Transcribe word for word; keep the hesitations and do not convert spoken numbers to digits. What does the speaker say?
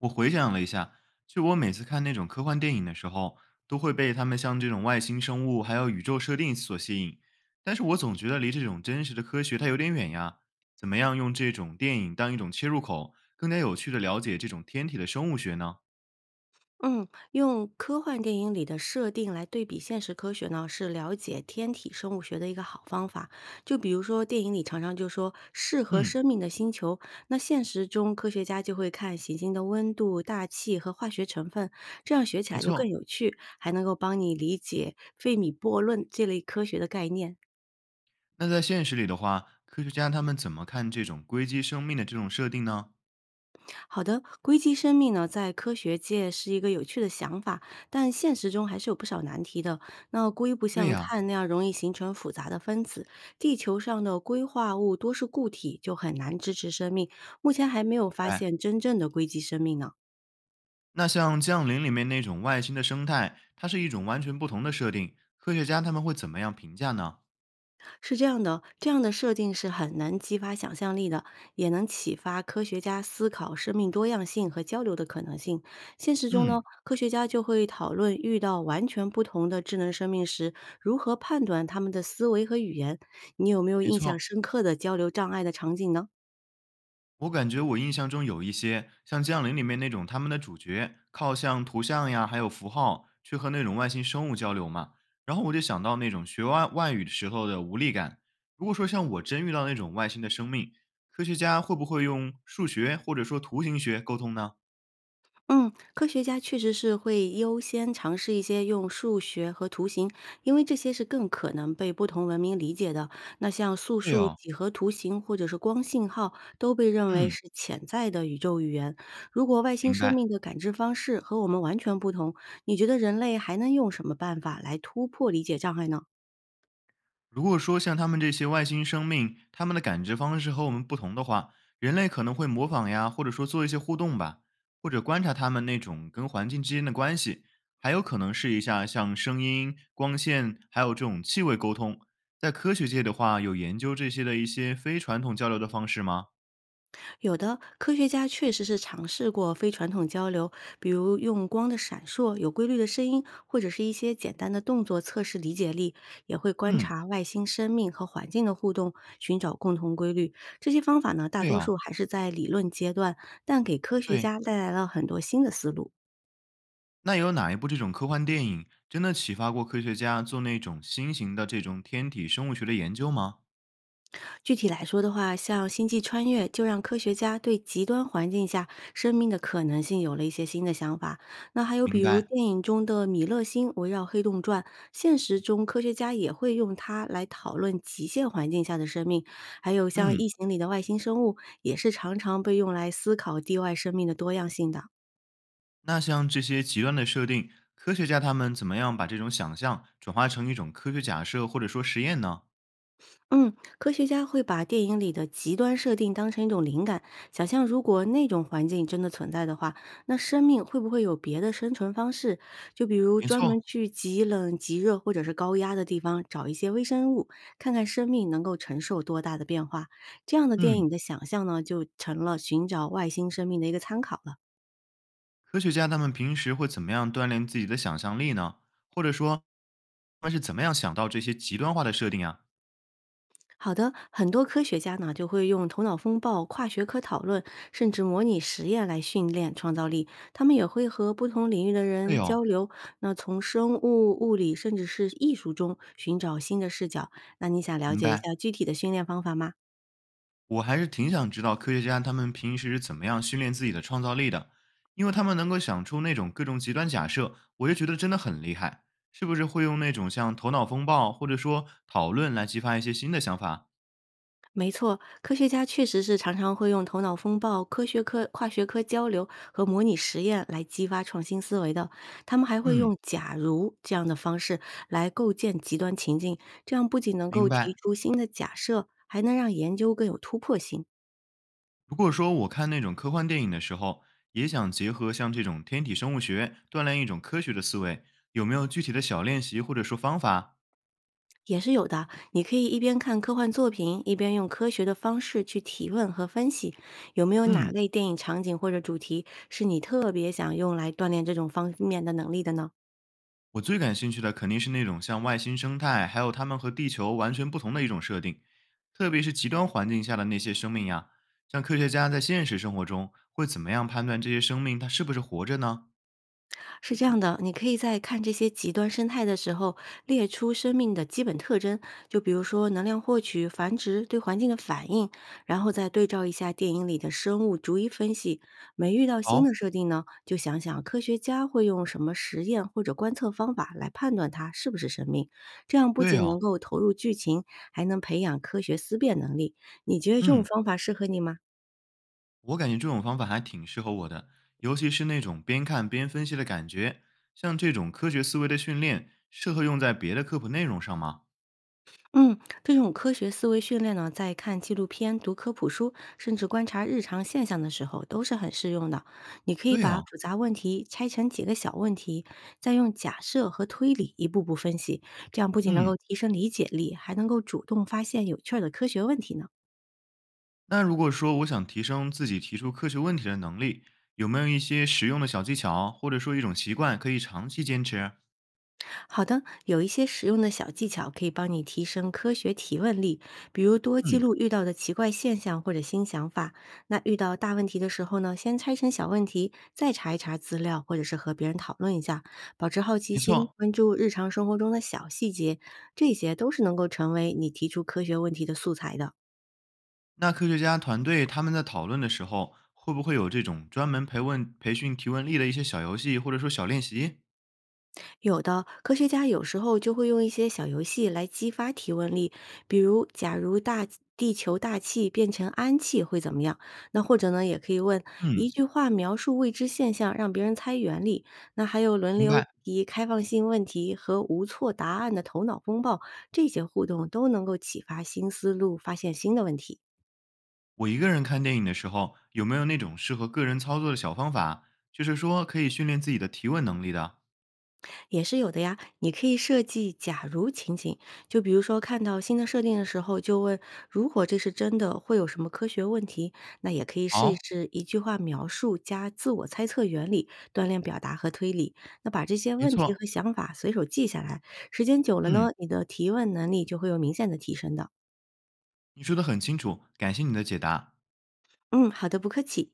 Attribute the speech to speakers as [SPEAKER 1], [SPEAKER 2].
[SPEAKER 1] 我回想了一下，就我每次看那种科幻电影的时候，都会被他们像这种外星生物还有宇宙设定所吸引，但是我总觉得离这种真实的科学它有点远呀。怎么样用这种电影当一种切入口，更加有趣的了解这种天体的生物学呢？
[SPEAKER 2] 嗯，用科幻电影里的设定来对比现实科学呢，是了解天体生物学的一个好方法。就比如说电影里常常就说适合
[SPEAKER 1] 嗯，
[SPEAKER 2] 生命的星球，那现实中科学家就会看行星的温度、大气和化学成分，这样学起
[SPEAKER 1] 没
[SPEAKER 2] 来就更
[SPEAKER 1] 错。
[SPEAKER 2] 有趣，还能够帮你理解费米悖论这类科学的概念。
[SPEAKER 1] 那在现实里的话，科学家他们怎么看这种硅基生命的这种设定呢？
[SPEAKER 2] 好的，硅基生命呢，在科学界是一个有趣的想法，但现实中还是有不少难题的。那硅不
[SPEAKER 1] 对
[SPEAKER 2] 像
[SPEAKER 1] 呀、
[SPEAKER 2] 碳那样容易形成复杂的分子，地球上的硅化物多是固体，就很难支持生命。目前还没有发
[SPEAKER 1] 哎，
[SPEAKER 2] 现真正的硅基生命呢。
[SPEAKER 1] 那像《降临》里面那种外星的生态，它是一种完全不同的设定，科学家他们会怎么样评价呢？
[SPEAKER 2] 是这样的哦，这样的设定是很能激发想象力的，也能启发科学家思考生命多样性和交流的可能性。现实中呢，
[SPEAKER 1] 嗯，
[SPEAKER 2] 科学家就会讨论遇到完全不同的智能生命时，如何判断他们的思维和语言。你有没有
[SPEAKER 1] 没
[SPEAKER 2] 印象
[SPEAKER 1] 错，
[SPEAKER 2] 深刻的交流障碍的场景呢？
[SPEAKER 1] 我感觉我印象中有一些像《降临》里面那种，他们的主角靠像图像呀，还有符号去和那种外星生物交流嘛。然后我就想到那种学外外语的时候的无力感。如果说像我真遇到那种外星的生命，科学家会不会用数学或者说图形学沟通呢？
[SPEAKER 2] 嗯，科学家确实是会优先尝试一些用数学和图形，因为这些是更可能被不同文明理解的。那像素
[SPEAKER 1] 对
[SPEAKER 2] 数、
[SPEAKER 1] 哦，
[SPEAKER 2] 几何图形或者是光信号，都被认为
[SPEAKER 1] 嗯，
[SPEAKER 2] 是潜在的宇宙语言。如果外星
[SPEAKER 1] 明
[SPEAKER 2] 生
[SPEAKER 1] 白。
[SPEAKER 2] 命的感知方式和我们完全不同，你觉得人类还能用什么办法来突破理解障碍呢？
[SPEAKER 1] 如果说像他们这些外星生命，他们的感知方式和我们不同的话，人类可能会模仿呀，或者说做一些互动吧，或者观察他们那种跟环境之间的关系，还有可能试一下像声音、光线，还有这种气味沟通。在科学界的话，有研究这些的一些非传统交流的方式吗？
[SPEAKER 2] 有的科学家确实是尝试过非传统交流，比如用光的闪烁、有规律的声音，或者是一些简单的动作测试理解力，也会观
[SPEAKER 1] 嗯，
[SPEAKER 2] 察外星生命和环境的互动，寻找共同规律。这些方法呢，大
[SPEAKER 1] 对
[SPEAKER 2] 多数
[SPEAKER 1] 哦，
[SPEAKER 2] 还是在理论阶段，但给科学
[SPEAKER 1] 对。
[SPEAKER 2] 家带来了很多新的思路。
[SPEAKER 1] 那有哪一部这种科幻电影真的启发过科学家做那种新型的这种天体生物学的研究吗？
[SPEAKER 2] 具体来说的话，像《星际穿越》就让科学家对极端环境下生命的可能性有了一些新的想法。那还有比
[SPEAKER 1] 明
[SPEAKER 2] 如
[SPEAKER 1] 白，
[SPEAKER 2] 电影中的米勒星围绕黑洞转，现实中科学家也会用它来讨论极限环境下的生命。还有像
[SPEAKER 1] 嗯。
[SPEAKER 2] 《异形》里的外星生物，也是常常被用来思考地外生命的多样性的。
[SPEAKER 1] 那像这些极端的设定，科学家他们怎么样把这种想象转化成一种科学假设或者说实验呢？
[SPEAKER 2] 嗯，科学家会把电影里的极端设定当成一种灵感，想象如果那种环境真的存在的话，那生命会不会有别的生存方式？就比如
[SPEAKER 1] 没
[SPEAKER 2] 专
[SPEAKER 1] 错，
[SPEAKER 2] 门去极冷、极热或者是高压的地方找一些微生物，看看生命能够承受多大的变化。这样的电
[SPEAKER 1] 嗯，
[SPEAKER 2] 影的想象呢，就成了寻找外星生命的一个参考了。
[SPEAKER 1] 科学家他们平时会怎么样锻炼自己的想象力呢？或者说，他们是怎么样想到这些极端化的设定啊？
[SPEAKER 2] 好的，很多科学家呢就会用头脑风暴、跨学科讨论，甚至模拟实验来训练创造力。他们也会和不同领域的
[SPEAKER 1] 对
[SPEAKER 2] 人
[SPEAKER 1] 哦，
[SPEAKER 2] 交流，那从生物、物理，甚至是艺术中寻找新的视角。那你想了
[SPEAKER 1] 明
[SPEAKER 2] 解一
[SPEAKER 1] 白。
[SPEAKER 2] 下具体的训练方法吗？
[SPEAKER 1] 我还是挺想知道科学家他们平时是怎么样训练自己的创造力的，因为他们能够想出那种各种极端假设，我就觉得真的很厉害。是不是会用那种像头脑风暴或者说讨论来激发一些新的想法？
[SPEAKER 2] 没错，科学家确实是常常会用头脑风暴、科学科跨学科交流和模拟实验来激发创新思维的。他们还会
[SPEAKER 1] 嗯，
[SPEAKER 2] 用“假如”这样的方式来构建极端情境，这样不仅能够
[SPEAKER 1] 明
[SPEAKER 2] 提
[SPEAKER 1] 白。
[SPEAKER 2] 出新的假设，还能让研究更有突破性。
[SPEAKER 1] 如果说，我看那种科幻电影的时候，也想结合像这种天体生物学，锻炼一种科学的思维。有没有具体的小练习或者说方法？
[SPEAKER 2] 也是有的，你可以一边看科幻作品，一边用科学的方式去提问和分析。有没有哪
[SPEAKER 1] 嗯，
[SPEAKER 2] 类电影场景或者主题是你特别想用来锻炼这种方面的能力的呢？
[SPEAKER 1] 我最感兴趣的肯定是那种像外星生态，还有它们和地球完全不同的一种设定，特别是极端环境下的那些生命呀。像科学家在现实生活中会怎么样判断这些生命它是不是活着呢？
[SPEAKER 2] 是这样的，你可以在看这些极端生态的时候，列出生命的基本特征，就比如说能量获取、繁殖、对环境的反应，然后再对照一下电影里的生物，逐一分析。没遇到新
[SPEAKER 1] 哦，
[SPEAKER 2] 的设定呢，就想想科学家会用什么实验或者观测方法来判断它是不是生命。这样不
[SPEAKER 1] 对
[SPEAKER 2] 仅能
[SPEAKER 1] 哦，
[SPEAKER 2] 够投入剧情，还能培养科学思辨能力。你觉得这种
[SPEAKER 1] 嗯。
[SPEAKER 2] 方法适合你吗？
[SPEAKER 1] 我感觉这种方法还挺适合我的，尤其是那种边看边分析的感觉。像这种科学思维的训练，适合用在别的科普内容上吗？
[SPEAKER 2] 嗯，这种科学思维训练呢，在看纪录片、读科普书，甚至观察日常现象的时候，都是很适用的。你可以
[SPEAKER 1] 对
[SPEAKER 2] 把
[SPEAKER 1] 哦，
[SPEAKER 2] 复杂问题拆成几个小问题，再用假设和推理一步步分析，这样不仅能
[SPEAKER 1] 嗯。
[SPEAKER 2] 够提升理解力，还能够主动发现有趣儿的科学问题呢。
[SPEAKER 1] 那如果说我想提升自己提出科学问题的能力，有没有一些实用的小技巧，或者说一种习惯可以长期坚持？
[SPEAKER 2] 好的，有一些实用的小技巧可以帮你提升科学提问力，比如多记
[SPEAKER 1] 嗯，
[SPEAKER 2] 录遇到的奇怪现象或者新想法。那遇到大问题的时候呢，先拆成小问题，再查一查资料，或者是和别人讨论一下，保持好奇
[SPEAKER 1] 没
[SPEAKER 2] 心，
[SPEAKER 1] 错。
[SPEAKER 2] 关注日常生活中的小细节，这些都是能够成为你提出科学问题的素材的。
[SPEAKER 1] 那科学家团队他们在讨论的时候，会不会有这种专门培问培训提问力的一些小游戏，或者说小练习？
[SPEAKER 2] 有的科学家有时候就会用一些小游戏来激发提问力，比如，假如大地球大气变成氨气会怎么样？那或者呢，也可以问一
[SPEAKER 1] 嗯，
[SPEAKER 2] 句话描述未知现象，让别人猜原理。那还有轮
[SPEAKER 1] 明
[SPEAKER 2] 流
[SPEAKER 1] 白。
[SPEAKER 2] 提开放性问题和无错答案的头脑风暴，这些互动都能够启发新思路，发现新的问题。
[SPEAKER 1] 我一个人看电影的时候，有没有那种适合个人操作的小方法？就是说可以训练自己的提问能力的。
[SPEAKER 2] 也是有的呀，你可以设计“假如”情景，就比如说看到新的设定的时候，就问如果这是真的，会有什么科学问题？那也可以试一
[SPEAKER 1] 好，
[SPEAKER 2] 试一句话描述加自我猜测原理，锻炼表达和推理。那把这些
[SPEAKER 1] 没
[SPEAKER 2] 问题
[SPEAKER 1] 错，
[SPEAKER 2] 和想法随手记下来，时间久了
[SPEAKER 1] 嗯，
[SPEAKER 2] 呢，你的提问能力就会有明显的提升的。
[SPEAKER 1] 你说的很清楚，感谢你的解答。
[SPEAKER 2] 嗯，好的，不客气。